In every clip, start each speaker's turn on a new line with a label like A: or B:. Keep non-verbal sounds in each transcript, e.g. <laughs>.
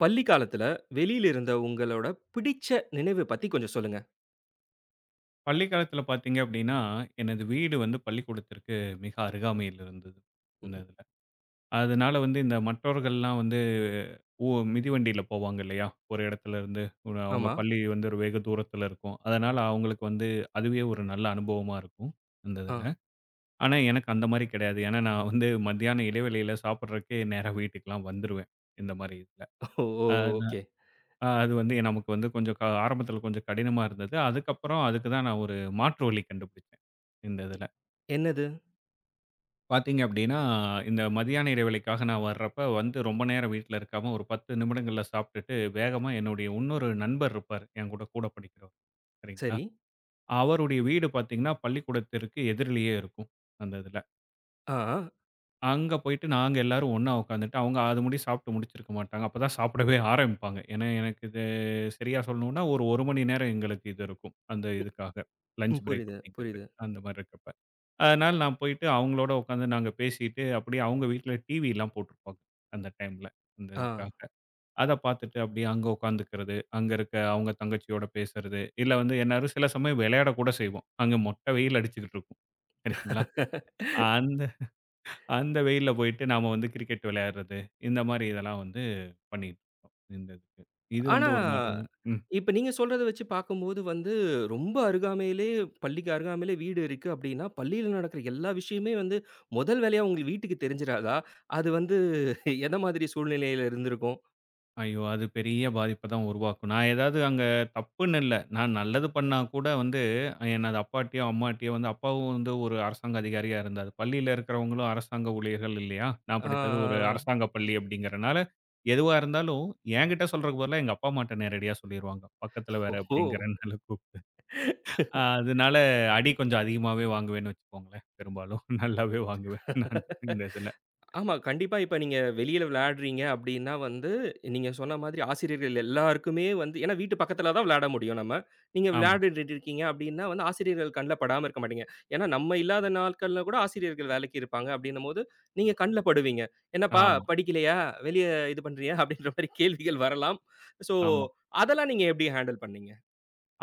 A: பள்ளி காலத்துல வெளியில இருந்த உங்களோட பிடிச்ச நினைவு பத்தி கொஞ்சம் சொல்லுங்க.
B: பள்ளி காலத்துல பார்த்தீங்க அப்படின்னா, எனது வீடு வந்து பள்ளிக்கூடத்திற்கு மிக அருகாமையில் இருந்தது. அந்த
A: ம்.
B: இதுல. அதனால வந்து இந்த மற்றவர்கள்லாம் வந்து ஓ மிதிவண்டியில போவாங்க இல்லையா? ஒரு இடத்துல இருந்து ஒரு அவங்க
A: ஆமா.
B: பள்ளி வந்து ஒரு வெகு தூரத்துல இருக்கும். அதனால அவங்களுக்கு வந்து அதுவே ஒரு நல்ல அனுபவமா இருக்கும், அந்த
A: ஆ.
B: இதுல. ஆனா எனக்கு அந்த மாரி கிடையாது. ஏன்னா நான் வந்து மத்தியான இடைவேளையில சாப்பிடுறதுக்கே நேரா வீட்டுக்குலாம் வந்துருவேன், இந்த மாரி இதுல.
A: ஓ! ஓ!
B: அ
A: ஓகே.
B: அ அது வந்து நமக்கு வந்து கொஞ்சம் க ஆரம்பத்தில கொஞ்சம் கடினமா இருந்தது. அதுக்கப்புறம் அதுக்கு தான் நான் ஒரு மாற்று வழி கண்டுபிடிச்சேன், இந்த இதில.
A: என்னது?
B: பார்த்தீங்க அப்டின்னா, இந்த மதியான இடைவேளைக்காக நான் வர்றப்ப வந்து ரொம்ப நேரம் வீட்ல இருக்காம, ஒரு 10 நிமிடங்கள்ல சாப்பிட்டுட்டு, வேகமா என்னுடைய இன்னொரு நண்பர் இருப்பாரு. என் கூட படிக்கிறவர். சரிங்களா?
A: சரி.
B: அவருடைய வீடு பார்த்தீங்கன்னா, பள்ளிக்கூடத்திற்கு எதிரிலேயே இருக்கும், அந்த இதில.
A: ஆ. ஆ.
B: அங்க போயிட்டு நாங்க எல்லாரும் ஒண்ணா உட்காந்துட்டு, அவங்க அது முடிய சாப்பிட்டு முடிச்சிருக்க மாட்டாங்க. அப்பதான் சாப்பிடவே ஆரம்பிப்பாங்க. ஏன்னா, எனக்கு இது சரியா சொல்லணும்னா, ஒரு 1 மணி நேரம் எங்களுக்கு இது இருக்கும். அந்த இதுக்காக. லஞ்ச்
A: ம்.
B: பிரேக்
A: புரியுது,
B: அப்படிங்கிறது.
A: புரியுது.
B: அந்த மாரி இருக்கப்ப. அதனால நான் போயிட்டு அவங்களோட உட்காந்து நாங்க பேசிட்டு, அப்படியே அவங்க வீட்ல டிவிலாம் போட்டிருப்பாங்க. அந்த டைம்ல. அந்த
A: ஆ.
B: இதுக்காக. அத பார்த்துட்டு அப்படியே அங்க உட்காந்துக்கிறது. அங்க இருக்க அவங்க தங்கச்சியோட பேசுறது. இல்ல வந்து எல்லாரும் சில சமயம் விளையாட கூட செய்வோம். அங்க மொட்டை வெயில் அடிச்சுக்கிட்டு இருக்கும். சரிங்களா? அந்த அந்த வெயில்ல போயிட்டு நாம வந்து கிரிக்கெட் விளையாடுறது, இந்த மாரி இதெல்லாம் வந்து பண்ணிட்டு இருந்ததுக்கு. இது வந்து
A: ஆனா,
B: ஒரு மாரி ம்.
A: இப்ப நீங்க சொல்றத வச்சு பார்க்கும்போது ரொம்ப அருகாமையிலே பள்ளிக்கு அருகாமையிலே வீடு இருக்கு அப்படின்னா, பள்ளியில நடக்கிற எல்லா விஷயமே முதல் வேலையா உங்க வீட்டுக்கு தெரிஞ்சிராதா? அது எந்த மாதிரி சூழ்நிலையில இருந்திருக்கும்?
B: ஐயோ! அது பெரிய பாதிப்ப தான் உருவாக்கும். நான் ஏதாவது அங்க தப்புன்னு இல்ல. நான் நல்லது பண்ணா கூட வந்து எனது அப்பாட்டயோ, அம்மாட்டயோ வந்து அப்பாவும் வந்து ஒரு அரசாங்க அதிகாரியா இருந்தாரு. பள்ளியில இருக்கிறவங்களும் அரசாங்க ஊழியர்கள் இல்லையா? நான்
A: ஆ.
B: படித்தது ஒரு அரசாங்க பள்ளி அப்படிங்கிறனால, எதுவா இருந்தாலும் என்கிட்ட சொல்றதுக்கு பதிலா எங்க அப்பா அம்மாட்ட நேரடியா சொல்லிருவாங்க. பக்கத்துல வேற
A: ஓஹோ!
B: அப்படிங்கிறனால கூப் அ அதனால அடி கொஞ்சம் அதிகமாவே வாங்குவேன்னு வச்சுக்கோங்களேன். பெரும்பாலும் <laughs> நல்லாவே வாங்குவேன் நான் இந்த இதுல.
A: ஆமா. கண்டிப்பா இப்ப நீங்க வெளியில விளையாடுறீங்க அப்டின்னா நீங்க சொன்ன மாதிரி ஆசிரியர்கள் எல்லாருக்குமே ஏன்னா வீட்டு பக்கத்தில தான் விளையாட முடியும் நம்ம. நீங்க
B: ஆமா,
A: விளையாடிட்டு இருக்கீங்க அப்டின்னா ஆசிரியர்கள் கண்ல படாம இருக்க மாட்டீங்க. ஏன்னா நம்ம இல்லாத நாட்கள்ல கூட ஆசிரியர்கள் வேலைக்கு இருப்பாங்க அப்டின்னும்போது, நீங்க கண்ல படுவீங்க. "என்னப்பா
B: ஆமா,
A: படிக்கலையா? வெளிய இது பண்றியா?" அப்டின்ற மாரி கேள்விகள் வரலாம். ஸோ,
B: ஆமா.
A: அதெல்லாம் நீங்க எப்டி ஹேண்டில் பண்ணீங்க?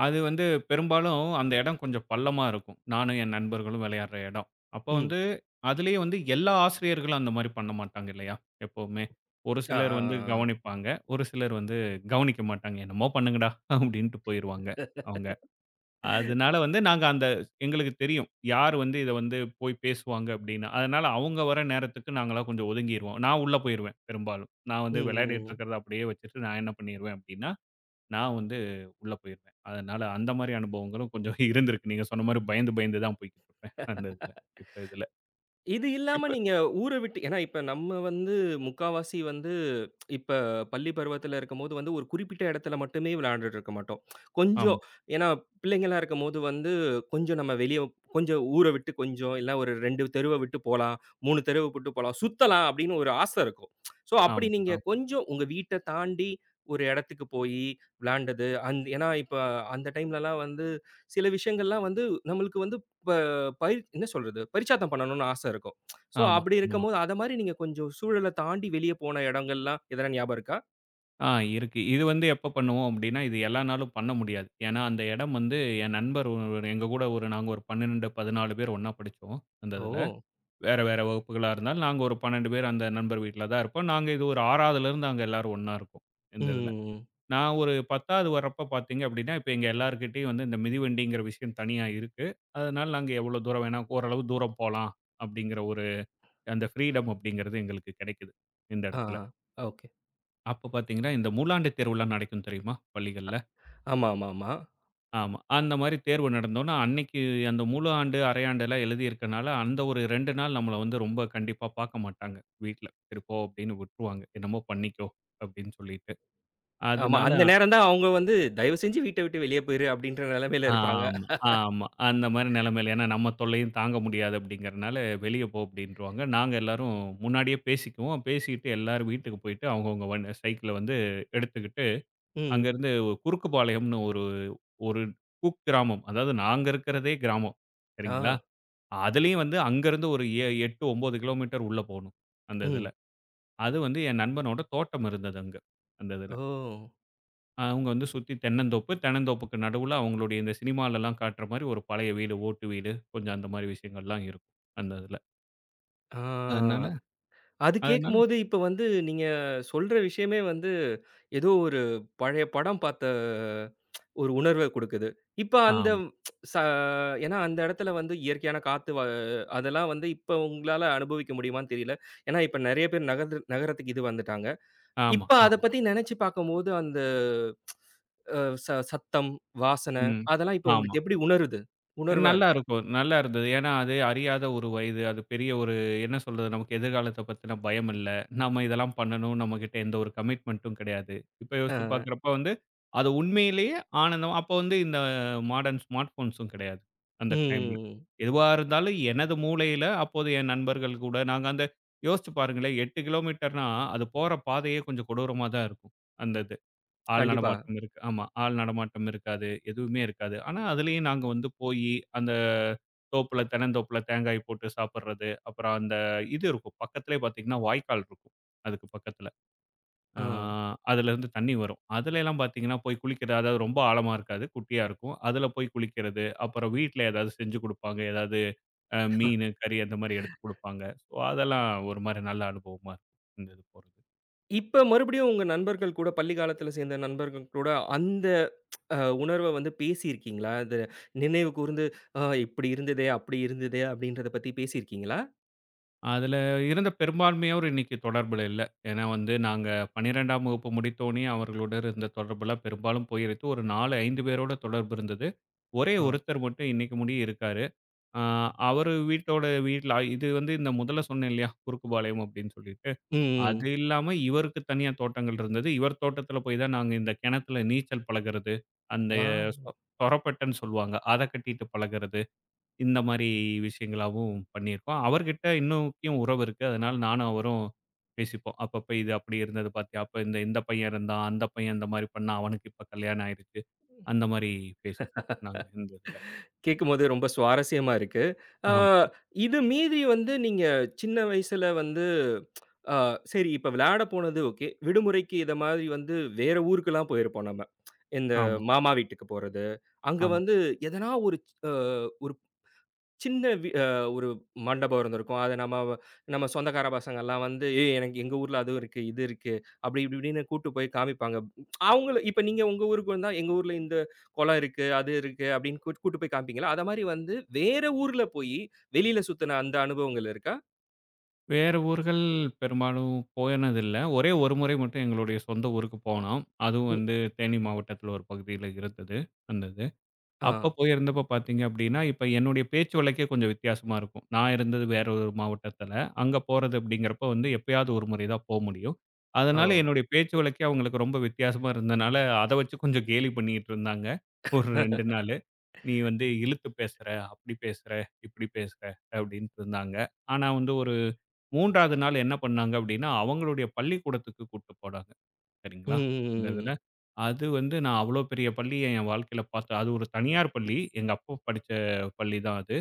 B: அது வந்து பெரும்பாலும் அந்த இடம் கொஞ்சம் பள்ளமா இருக்கும். நானும் என் நண்பர்களும் விளையாடுற இடம். அப்போ
A: ம்.
B: வந்து அதுலயும் வந்து எல்லா ஆசிரியர்களும் அந்த மாரி பண்ண மாட்டாங்க இல்லையா? எப்பவுமே. ஒரு
A: ஆ,
B: சிலர்
A: ஆ,
B: வந்து
A: ஆ, ஆ.
B: கவனிப்பாங்க. ஒரு சிலர் வந்து கவனிக்க மாட்டாங்க. "என்னமோ பண்ணுங்கடா" அப்படின்ட்டு போயிருவாங்க அவங்க. அதனால வந்து நாங்க அந்த எங்களுக்கு தெரியும். யார் வந்து இத வந்து போய் பேசுவாங்க அப்படின்னு. அதனால அவங்க வர நேரத்துக்கு நாங்கலாம் கொஞ்சம் ஒதுங்கிருவோம். நான் உள்ள போயிருவேன் பெரும்பாலும். நான் வந்து விளையாடிட்டு
A: ம்.
B: இருக்கிறத அப்படியே வச்சுட்டு நான் என்ன பண்ணிருவேன் அப்படின்னா, நான் வந்து உள்ள போயிருவேன். அதனால அந்த மாரி அனுபவங்களும் கொஞ்சம் <laughs> இருந்திருக்கு. நீங்க சொன்ன மாரி பயந்து பயந்து தான் போய்க்கிட்டு இருப்பேன். அந்த இதுல. இப்ப இதுல.
A: இது இல்லாம
B: இப்ப
A: நீங்க ஊர விட்டு ஏன்னா இப்ப நம்ம முக்காவாசி இப்ப பள்ளி பருவத்துல இருக்கும்போது ஒரு குறிப்பிட்ட இடத்துல மட்டுமே விளையாண்டுட்டு இருக்க மாட்டோம்.
B: ஆமா,
A: கொஞ்சம் ஏன்னா பிள்ளைங்களா இருக்கும்போது கொஞ்சம் நம்ம வெளிய கொஞ்சம் ஊர விட்டு கொஞ்சம் இல்ல ஒரு 2 தெருவ விட்டு போலாம், 3 தெருவ விட்டு போலாம், சுத்தலாம் அப்படின்னு ஒரு ஆசை இருக்கும். ஸோ அப்படி
B: ஆமா,
A: நீங்க
B: ஆமா,
A: கொஞ்சம் உங்க வீட்ட தாண்டி ஒரு இடத்துக்கு போயி விளையாண்டது, அந் ஏன்னா இப்ப அந்த டைம்லலாம் சில விஷயங்கள்லாம் நம்மளுக்கு பயிர் என்ன சொல்றது? பரிட்சாத்தம் பண்ணணும்னு ஆசை இருக்கும். சோ,
B: ஆமா,
A: அப்படி
B: ஆமா.
A: இருக்கும்போது அத மாரி நீங்க கொஞ்சம் சூழல தாண்டி வெளிய போன இடங்கள்லாம் எதனா ஞாபகம் இருக்கா?
B: ஆ இருக்கு. இது வந்து எப்ப பண்ணுவோம் அப்டின்னா, இது எல்லா நாளும் பண்ண முடியாது. ஏன்னா, அந்த இடம் வந்து என் நண்பர் ஒருவர் எங்க கூட ஒரு நாங்க ஒரு 12, 14 பேர் ஒண்ணா படிச்சோம். அந்த
A: ஓ!
B: இதுல. வேற வேற வகுப்புகளா இருந்தாலும், நாங்க ஒரு 12 பேர் அந்த நண்பர் வீட்ல தான் இருப்போம். நாங்க இது ஒரு 6வதுலேருந்து அங்க எல்லாரும் ஒண்ணா இருக்கோம். இந்த இதுல.
A: ம்.
B: நான் ஒரு 10வது வர்றப்ப பார்த்தீங்க அப்டின்னா, இப்ப எங்க எல்லார்கிட்டயும் வந்து இந்த மிதிவண்டிங்கிற விஷயம் தனியா இருக்கு. அதனால நாங்க எவ்ளோ தூரம் வேணா ஓரளவு தூரம் போலாம் அப்டிங்கிற ஒரு அந்த ஃப்ரீடம் அப்டிங்கிறது எங்களுக்கு கெடைக்குது, இந்த
A: ஆ,
B: இடத்துல.
A: ஆ. ஓகே.
B: அப்ப பார்த்தீங்கன்னா, இந்த மூலாண்டு தேர்வுலாம் நடக்கும் தெரியுமா? பள்ளிகள்ல.
A: ஆமா, ஆமா, ஆமா.
B: ஆமா. அந்த மாரி தேர்வு நடந்தோன, அன்னைக்கு அந்த முழு ஆண்டு, அரையாண்டுலாம் எழுதியிருக்கனால, அந்த ஒரு 2 நாள் நம்மள வந்து ரொம்ப கண்டிப்பா பாக்க மாட்டாங்க வீட்ல. "சரி போ" அப்படின்னு விட்ருவாங்க. "என்னமோ பண்ணிக்கோ" அப்படின்னு சொல்லிட்டு.
A: ஆமா,
B: அதனால
A: அந்த நேரம் தான் அவங்க "தயவு செஞ்சு வீட்ட விட்டு வெளிய போயிரு" அப்படின்ற நிலைமையில இருப்பாங்க.
B: ஆமா, ஆமா. அந்த மாரி நெலைமையில ஏன்னா நம்ம தொல்லையும் தாங்க முடியாது அப்படிங்கிறனால, "வெளிய போ" அப்படின்ருவாங்க. நாங்க எல்லாரும் முன்னாடியே பேசிக்குவோம். பேசிட்டு எல்லாரும் வீட்டுக்கு போயிட்டு, அவங்கவங்க வண் சைக்கிள வந்து எடுத்துக்கிட்டு,
A: ம்.
B: அங்கருந்து குறுக்குபாளையம்னு ஒரு ஒரு குக்கிராமம். அதாவது நாங்க இருக்கிறதே கிராமம்.
A: ஆ.
B: சரிங்களா? அதுலயும் வந்து அங்கருந்து ஒரு எ 8, 9 கிலோமீட்டர் உள்ள போணும். அந்த இதுல.
A: ம்.
B: அது வந்து என் நண்பனோட தோட்டம் இருந்தது அங்க. அந்த இதுல.
A: ஓ!
B: அவங்க வந்து சுத்தி தென்னந்தோப்பு. தென்னந்தோப்புக்கு நடுவுல அவங்களுடைய இந்த சினிமாலலாம் காட்டுற மாரி ஒரு பழைய வீடு, ஓட்டு வீடு, கொஞ்சம் அந்த மாரி விஷயங்கள்லாம் இருக்கும். அந்த இதுல.
A: ஆ.
B: அதனால
A: அது
B: அதனால
A: கேட்கும்போது இப்ப நீங்க சொல்ற விஷயமே ஏதோ ஒரு பழைய படம் பார்த்த ஒரு உணர்வ குடுக்குது. இப்ப அந்த
B: ஆமா,
A: ச ஏன்னா அந்த இடத்துல இயற்கையான காத்து வ அதெல்லாம் இப்ப உங்களால அனுபவிக்க முடியுமான்னு தெரியல. ஏன்னா இப்ப நெறைய பேர் நகர்து நகரத்துக்கு இது வந்துட்டாங்க.
B: ஆமா,
A: இப்ப அத
B: ஆமா.
A: பத்தி நெனச்சு பார்க்கும்போது அந்த அ ச சத்தம், வாசன
B: ம்.
A: அதெல்லாம் இப்ப
B: ஆமா.
A: உங்களுக்கு எப்படி உணருது? உணர்வா
B: நல்லா
A: இருக்கு.
B: இருக்கும். நல்லா இருந்தது. ஏன்னா, அது அறியாத ஒரு வயது. அது பெரிய ஒரு என்ன சொல்றது, நமக்கு எதிர்காலத்த பத்தின பயம் இல்ல. நாம இதெல்லாம் பண்ணணும். நம்மகிட்ட எந்த ஒரு கமிட்மென்ட்டும் கிடையாது. இப்ப யோசிச்சு
A: அ.
B: பார்க்குறப்ப வந்து, அது உண்மையிலேயே ஆனந்தம் அப்போ வந்து இந்த மாடர்ன் ஸ்மார்ட் ஃபோன்ஸும் கிடையாது. அந்த டைம்ல.
A: ம்.
B: எதுவா இருந்தாலும் எனது மூளையில அப்போது என் நண்பர்கள் கூட நாங்க அந்த யோசிச்சு பாருங்களேன், 8 கிலோமீட்டர்னா, அது போற பாதையே கொஞ்சம் கொடூரமா தான் இருக்கும். அந்த இது. ஆள்
A: கண்டிப்பா.
B: நடமாட்டம் இருக்கு. ஆமா. ஆள் நடமாட்டம் இருக்காது. எதுவுமே இருக்காது. ஆனா, அதுலயும் நாங்க வந்து போயி, அந்த தோப்புல தென்னந்தோப்புல தேங்காய் போட்டு சாப்பிடுறது. அப்புறம் அந்த இது இருக்கும். பக்கத்திலேயே பார்த்தீங்கன்னா, வாய்க்கால் இருக்கும். அதுக்கு பக்கத்தில. ஆ
A: ஆ.
B: அதுலருந்து தண்ணி வரும். அதுலலாம் பார்த்தீங்கன்னா, போய் குளிக்கிறது. அதாவது ரொம்ப ஆழமா இருக்காது. குட்டியா இருக்கும். அதுல போய் குளிக்கிறது. அப்புறம் வீட்ல ஏதாவது செஞ்சு குடுப்பாங்க. ஏதாவது அ மீனு, கறி அந்த மாரி எடுத்து குடுப்பாங்க. ஸோ அதெல்லாம் ஒரு மாரி நல்ல அனுபவமா இருக்கும். இந்த இது போறது.
A: இப்ப மறுபடியும் உங்க நண்பர்கள் கூட, பள்ளி காலத்துல சேர்ந்த நண்பர்கள் கூட அந்த அ உணர்வ பேசியிருக்கீங்களா? அது நினைவு கூர்ந்து, "ஆ இப்படி இருந்ததே, அப்படி இருந்ததே" அப்படின்றத பத்தி பேசியிருக்கீங்களா?
B: அதுல இருந்த பெரும்பான்மையோர் இன்னைக்கு தொடர்புல இல்ல. ஏன்னா வந்து நாங்க 12ஆம் வகுப்பு முடித்தோனே அவர்களுடன் இருந்த தொடர்புலாம் பெரும்பாலும் போயிருச்சு. ஒரு 4, 5 பேரோட தொடர்பு இருந்தது. ஒரே
A: ஆ.
B: ஒருத்தர் மட்டும் இன்னைக்கு முடிய இருக்காரு. அ அவரு வீட்டோட வீட்ல இது வந்து இந்த முதல்ல சொன்னேன் இல்லையா? குறுக்குபாளையம் அப்படின்னு சொல்லிட்டு.
A: ம்,
B: அது
A: ம்.
B: இல்லாம இவருக்கு தனியா தோட்டங்கள் இருந்தது. இவர் தோட்டத்துல போய் தான் நாங்க இந்த கிணத்துல நீச்சல் பழகுறது. அந்த
A: ஆ
B: சொ சொரப்பட்டன்னு சொல்லுவாங்க. அத கட்டிட்டு பழகுறது. இந்த மாரி விஷயங்களாவும் பண்ணியிருக்கோம். அவர்கிட்ட இன்னுமுக்கியும் உறவு இருக்கு. அதனால நானும் அவரும் பேசிப்போம். அப்பப்ப இது அப்படி இருந்தது பாத்தியா? அப்ப இந்த இந்த பையன் இருந்தான். அந்த பையன் இந்த மாரி பண்ணான். அவனுக்கு இப்ப கல்யாணம் ஆயிருச்சு. அந்த மாரி பேசிப்போம் நாங்க இந்த இதுல.
A: கேட்கும்போது ரொம்ப சுவாரஸ்யமா இருக்கு. ஆ
B: ஆமா,
A: இது மீறி நீங்க சின்ன வயசுல அ சரி இப்ப விளையாட போனது ஓகே. விடுமுறைக்கு இத மாதிரி வேற ஊருக்கெல்லாம் போயிருப்போம் நம்ம. இந்த
B: ஆமா,
A: மாமா வீட்டுக்கு போறது, அங்க
B: ஆமா.
A: எதனா ஒரு ச் அ ஒரு சின்ன வி அ ஒரு மண்டபம் இருந்திருக்கும். அத நம்ம வ நம்ம சொந்தக்கார பசங்கள்லாம் வந்து, "ஏய் எனக்கு எங்க ஊர்ல அதுவும் இருக்கு, இது இருக்கு." அப்படி இப்படி இப்படின்னு கூட்டு போய் காமிப்பாங்க. அவங்கள இப்ப நீங்க உங்க ஊருக்கு வந்தா, "எங்க ஊர்ல இந்த குளம் இருக்கு, அது இருக்கு." அப்படின்னு கூட் கூட்டு போய் காமிப்பீங்கல்ல. அத மாரி வேற ஊர்ல போயி வெளியில சுத்துன அந்த அனுபவங்கள் இருக்கா?
B: வேற ஊர்கள் பெரும்பாலும் போனதில்ல. ஒரே ஒரு முறை மட்டும் எங்களுடைய சொந்த ஊருக்கு போனோம். அதுவும்
A: ம்.
B: வந்து தேனி மாவட்டத்தில ஒரு பகுதியில இருந்தது. அந்த
A: ஆ.
B: அப்ப போயிருந்தப்ப பார்த்தீங்க அப்படின்னா, இப்ப என்னுடைய பேச்சு வழக்கே கொஞ்சம் வித்தியாசமா இருக்கும். நான் இருந்தது வேற ஒரு மாவட்டத்துல. அங்க போறது அப்படிங்கிறப்ப வந்து எப்பயாவது ஒரு முறை தான் போ முடியும்.
A: ஓ!
B: அதனால என்னுடைய பேச்சு வழக்கே அவங்களுக்கு ரொம்ப வித்தியாசமா இருந்தனால, அத வச்சு கொஞ்சம் கேலி பண்ணிட்டு இருந்தாங்க. ஒரு 2 நாளு. "நீ வந்து இழுத்து பேசுற, அப்படி பேசுற, இப்படி பேசுற" அப்படின்ட்டு இருந்தாங்க. ஆனா வந்து ஒரு 3வது நாள் என்ன பண்ணாங்க அப்படின்னா, அவங்களுடைய பள்ளிக்கூடத்துக்கு கூட்டு போனாங்க.
A: ம், ம்,
B: சரிங்களா? அந்த
A: ம்.
B: இதுல.
A: ம்.
B: அது வந்து நான் அவ்வளோ பெரிய பள்ளிய என் வாழ்க்கையில பார்த்து அது ஒரு தனியார் பள்ளி. எங்க அப்பா படிச்ச பள்ளி தான் அது.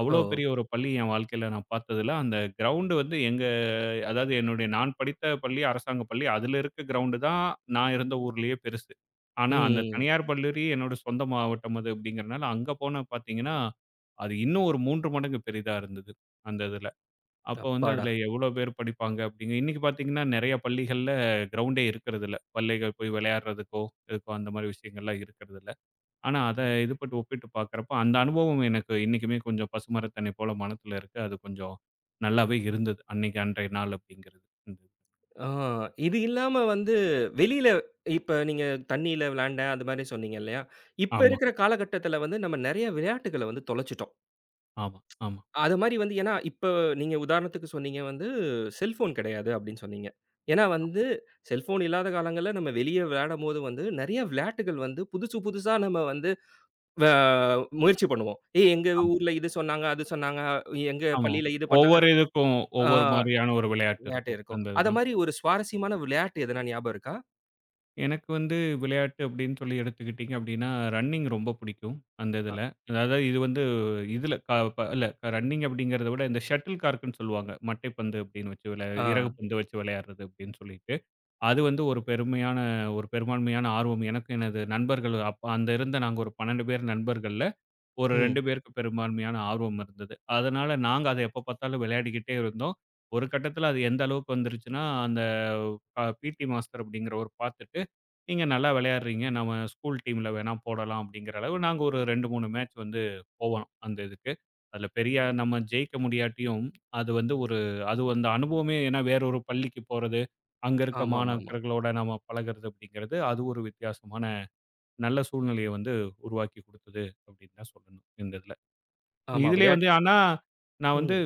B: அவ்வளோ
A: ஓ!
B: பெரிய ஒரு பள்ளி என் வாழ்க்கையில நான் பார்த்ததில்ல. அந்த கிரவுண்ட் வந்து எங்க அதாவது என்னுடைய நான் படித்த பள்ளி அரசாங்க பள்ளி. அதில இருக்க கிரவுண்டு தான் நான் இருந்த ஊர்லயே பெருசு. ஆனா,
A: ம்.
B: அந்த
A: ம்.
B: தனியார் பள்ளி என்னோட சொந்த மாவட்டம் அது அப்படிங்கிறனால, அங்க போனா பார்த்தீங்கன்னா, அது இன்னும் ஒரு 3 மடங்கு பெரிதா இருந்தது. அந்த இதுல. அப்போ வந்து
A: அப்பாடா!
B: அதில எவ்வளோ பேர் படிப்பாங்க அப்டிங்க இன்னைக்கு பார்த்தீங்கன்னா, நெறைய பள்ளிகள்ல கிரவுண்டே இருக்கிறதில்ல. பள்ளிகள் போய் விளையாடுறதுக்கோ, இதுக்கோ அந்த மாரி விஷயங்கள்லாம் இருக்கிறதில்ல. ஆனா, அத இது பட்டு ஒப்பிட்டு பார்க்குறப்போ, அந்த அனுபவம் எனக்கு இன்னைக்குமே கொஞ்சம் பசுமரத்தண்ணி போல மனத்தில இருக்கு. அது கொஞ்சம் நல்லாவே இருந்தது. அன்னைக்கு அன்றைய நாள் அப்டிங்கிறது. ம்.
A: ஆ, இது இல்லாம வெளியில இப்ப நீங்க தண்ணீல விளையாண்டேன், அது மாரி சொன்னீங்க இல்லையா? இப்ப
B: ஆமா,
A: இருக்கிற காலகட்டத்தில நம்ம நெறைய விளையாட்டுகள தொலைச்சுட்டோம்.
B: ஆமா, ஆமா,
A: அது மாரி ஏன்னா, இப்ப நீங்க உதாரணத்துக்கு சொன்னீங்க செல்ஃபோன் கிடையாது அப்படின்னு சொன்னீங்க. ஏன்னா செல்ஃபோன் இல்லாத காலங்கள்ல நம்ம வெளிய விளையாடும்போது நெறைய விளையாட்டுகள் புதுசு புதுசா நம்ம வந்து வ முயற்சி பண்ணுவோம். ஏய் எங்க
B: ஆமா,
A: ஊர்ல இது சொன்னாங்க, அது சொன்னாங்க, எங்க
B: ஆமா.
A: பள்ளியில இது பண்ணாங்க.
B: ஒவ்வொரு இதுக்கும்
A: ஆ
B: ஒவ்வொரு மாரியான ஒரு விளையாட்டு
A: விளையாட்டு
B: இருக்கும்.
A: இருக்கும்.
B: அந்த
A: அத
B: இதுல.
A: மாரி ஒரு சுவாரஸ்யமான விளையாட்டு எதனா ஞாபகம் இருக்கா?
B: எனக்கு வந்து விளையாட்டு அப்படின்னு சொல்லி எடுத்துக்கிட்டிங்க அப்படின்னா, ரன்னிங் ரொம்ப பிடிக்கும் அந்த இதில. அதாவது இது வந்து இதில க ப இல்ல ரன்னிங் அப்படிங்கிறத விட இந்த ஷட்டில் கார்க்குன்னு சொல்லுவாங்க. மட்டைப்பந்து அப்படின்னு வச்சு விளையா
A: ஆ.
B: இறகு பந்து வச்சு விளையாடுறது அப்படின்னு சொல்லிட்டு. அது வந்து ஒரு பெருமையான ஒரு பெரும்பான்மையான ஆர்வம் எனக்கும் எனது நண்பர்கள் அப்ப அந்த இருந்த நாங்க ஒரு 12 பேர் நண்பர்கள். ஒரு
A: ம்.
B: 2 பேருக்கு பெரும்பான்மையான ஆர்வம் இருந்தது. அதனால நாங்க அத எப்ப பார்த்தாலும் விளையாடிக்கிட்டே இருந்தோம். ஒரு கட்டத்தில அது எந்த அளவுக்கு வந்துருச்சுன்னா, அந்த அ பிடி மாஸ்டர் அப்படிங்கிறவரு பார்த்துட்டு, "நீங்க நல்லா விளையாடுறீங்க. நம்ம ஸ்கூல் டீம்ல வேணா போடலாம்." அப்படிங்கிற அளவு நாங்க ஒரு 2, 3 மேட்ச் வந்து போவோம் அந்த இதுக்கு. அதில பெரிய நம்ம ஜெயிக்க முடியாட்டியும், அது வந்து ஒரு அது அந்த அனுபவமே ஏன்னா வேற ஒரு பள்ளிக்கு போறது, அங்க இருக்க
A: ஆமாமாமா.
B: மாணாக்கர்களோட நம்ம பழகுறது அப்படிங்கிறது, அது ஒரு வித்தியாசமான நல்ல சூழ்நிலைய வந்து உருவாக்கி குடுத்தது அப்படின்னு தான் சொல்லணும் இந்த இதுல.
A: ஆமா,
B: இதுலயே
A: விளையாட்
B: வந்து ஆனா, நான் வந்து
A: ம்.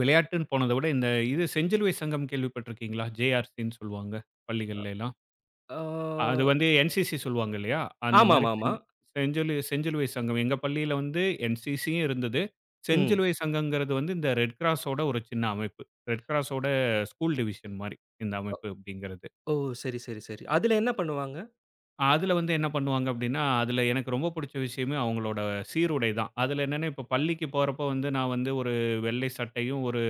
B: விளையாட்டுன்னு போனத விட இந்த இது செஞ்சிலுவை சங்கம் கேள்விப்பட்டிருக்கீங்களா? ஜேஆர்சின்னு சொல்லுவாங்க பள்ளிகள்ல எல்லாம். அது
A: ஆ
B: வந்து என்சிசி சொல்லுவாங்க இல்லையா? அந்த மாரி
A: ஆமாமாமா.
B: செஞ்சிலுவை சங்கம். எங்க பள்ளியில வந்து என்சிசியும் இருந்தது.
A: ம்.
B: செஞ்சிலுவை சங்கங்கிறது வந்து இந்த ரெட் கிராஸோட ஒரு சின்ன அமைப்பு. ரெட் கிராஸோட ஸ்கூல் டிவிஷன் மாரி இந்த
A: அ
B: அமைப்பு அப்படிங்கிறது.
A: ஓ! சரி, சரி, சரி. அதுல என்ன பண்ணுவாங்க?
B: அதுல வந்து என்ன பண்ணுவாங்க அப்படின்னா, அதுல எனக்கு ரொம்ப புடிச்ச விஷயமே அவங்களோட சீருடை தான். அதுல என்னன்னா, இப்போ பள்ளிக்கு போறப்ப வந்து நான் வந்து ஒரு வெள்ளை சட்டையும், ஒரு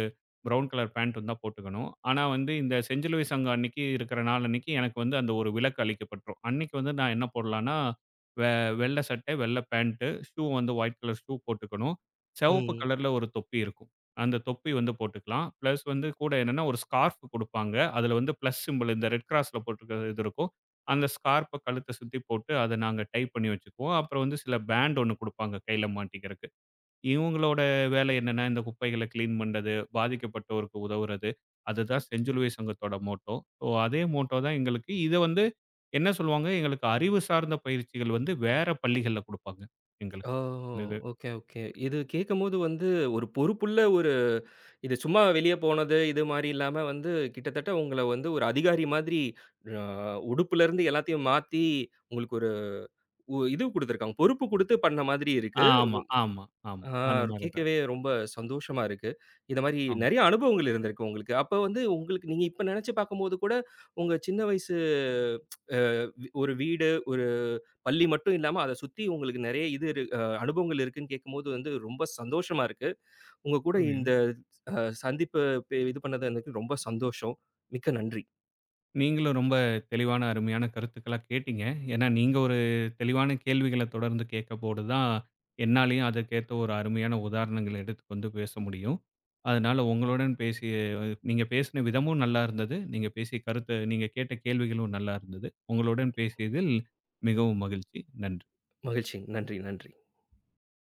B: ப்ரவுன் கலர் பேண்டும் தான் போட்டுக்கணும். ஆனா வந்து இந்த செஞ்சிலுவை சங்கம் அன்னைக்கு இருக்கிற நாள் அன்னைக்கு எனக்கு வந்து அந்த ஒரு விலக்கு அளிக்கப்பட்டுரும். அன்னைக்கு வந்து நான் என்ன போடலான்னா, வெ வெள்ள சட்டை, வெள்ள பேண்ட்டு, ஷூ வந்து ஒயிட் கலர் ஷூ போட்டுக்கணும். சிவப்பு
A: ம்.
B: கலர்ல ஒரு தொப்பி இருக்கும். அந்த தொப்பி வந்து போட்டுக்கலாம். பிளஸ் வந்து கூட என்னன்னா, ஒரு ஸ்கார்ஃப் குடுப்பாங்க. அதுல வந்து பிளஸ் சிம்பல் இந்த ரெட் கிராஸ்ல போட்டிருக்கிற இது இருக்கும். அந்த ஸ்கார்ப்ப கழுத்த சுத்தி போட்டு அத நாங்க டை பண்ணி வச்சுக்குவோம். அப்புறம் வந்து சில பேண்ட் ஒண்ணு குடுப்பாங்க கையில மாட்டிக்கிறக்கு. இவங்களோட வேலை என்னன்னா, இந்த குப்பைகள கிளீன் பண்றது, பாதிக்கப்பட்டோருக்கு உதவுறது. அதுதான் செஞ்சிலுவை சங்கத்தோட மோட்டோ. ஸோ அதே மோட்டோ தான் எங்களுக்கு. இத வந்து என்ன சொல்லுவாங்க, எங்களுக்கு அறிவு சார்ந்த பயிற்சிகள் வந்து வேற பள்ளிகள்ல குடுப்பாங்க எங்களுக்கு.
A: ஓஹோ!
B: இந்த இது.
A: Okay, okay. இது கேட்கும்போது ஒரு பொறுப்புள்ள ஒரு இது சும்மா வெளிய போனது, இது மாரி இல்லாம கிட்டத்தட்ட உங்கள ஒரு அதிகாரி மாதிரி அ உடுப்புலருந்து எல்லாத்தையும் மாத்தி உங்களுக்கு ஒரு உ இது குடுத்துருக்காங்க. பொறுப்பு குடுத்து பண்ண மாதிரி இருக்கு.
B: ஆமா, ஆமா, ஆமா.
A: ஆ
B: அந்த மாரி தான்.
A: கேட்கவே ரொம்ப சந்தோஷமா இருக்கு. இந்த மாரி நெறைய அனுபவங்கள் இருந்திருக்கு உங்களுக்கு. அப்ப உங்களுக்கு நீங்க இப்ப நெனச்சு பார்க்கும்போது கூட, உங்க சின்ன வயசு அ ஒரு வீடு, ஒரு பள்ளி மட்டும் இல்லாம அத சுத்தி உங்களுக்கு நெறைய இது இரு அ அனுபவங்கள் இருக்குன்னு கேட்கும்போது ரொம்ப சந்தோஷமா இருக்கு. உங்க கூட
B: ஆமா.
A: இந்த அ சந்திப்பு பே- இது பண்ணது எனக்கு ரொம்ப சந்தோஷம். மிக்க நன்றி.
B: நீங்களும் ரொம்ப தெளிவான, அருமையான கருத்துக்களா கேட்டீங்க. ஏன்னா, நீங்க ஒரு தெளிவான கேள்விகள தொடர்ந்து கேட்கபோது தான், என்னாலயும் அதற்கேத்த ஒரு அருமையான உதாரணங்கள் எடுத்துக்கொண்டு பேச முடியும். அதனால உங்களுடன் பேசிய நீங்க பேசின விதமும் நல்லா இருந்தது. நீங்க பேசிய கருத்து நீங்க கேட்ட கேள்விகளும் நல்லா இருந்தது. உங்களுடன் பேசியதில் மிகவும் மகிழ்ச்சி. நன்றி.
A: மகிழ்ச்சி. நன்றி, நன்றி.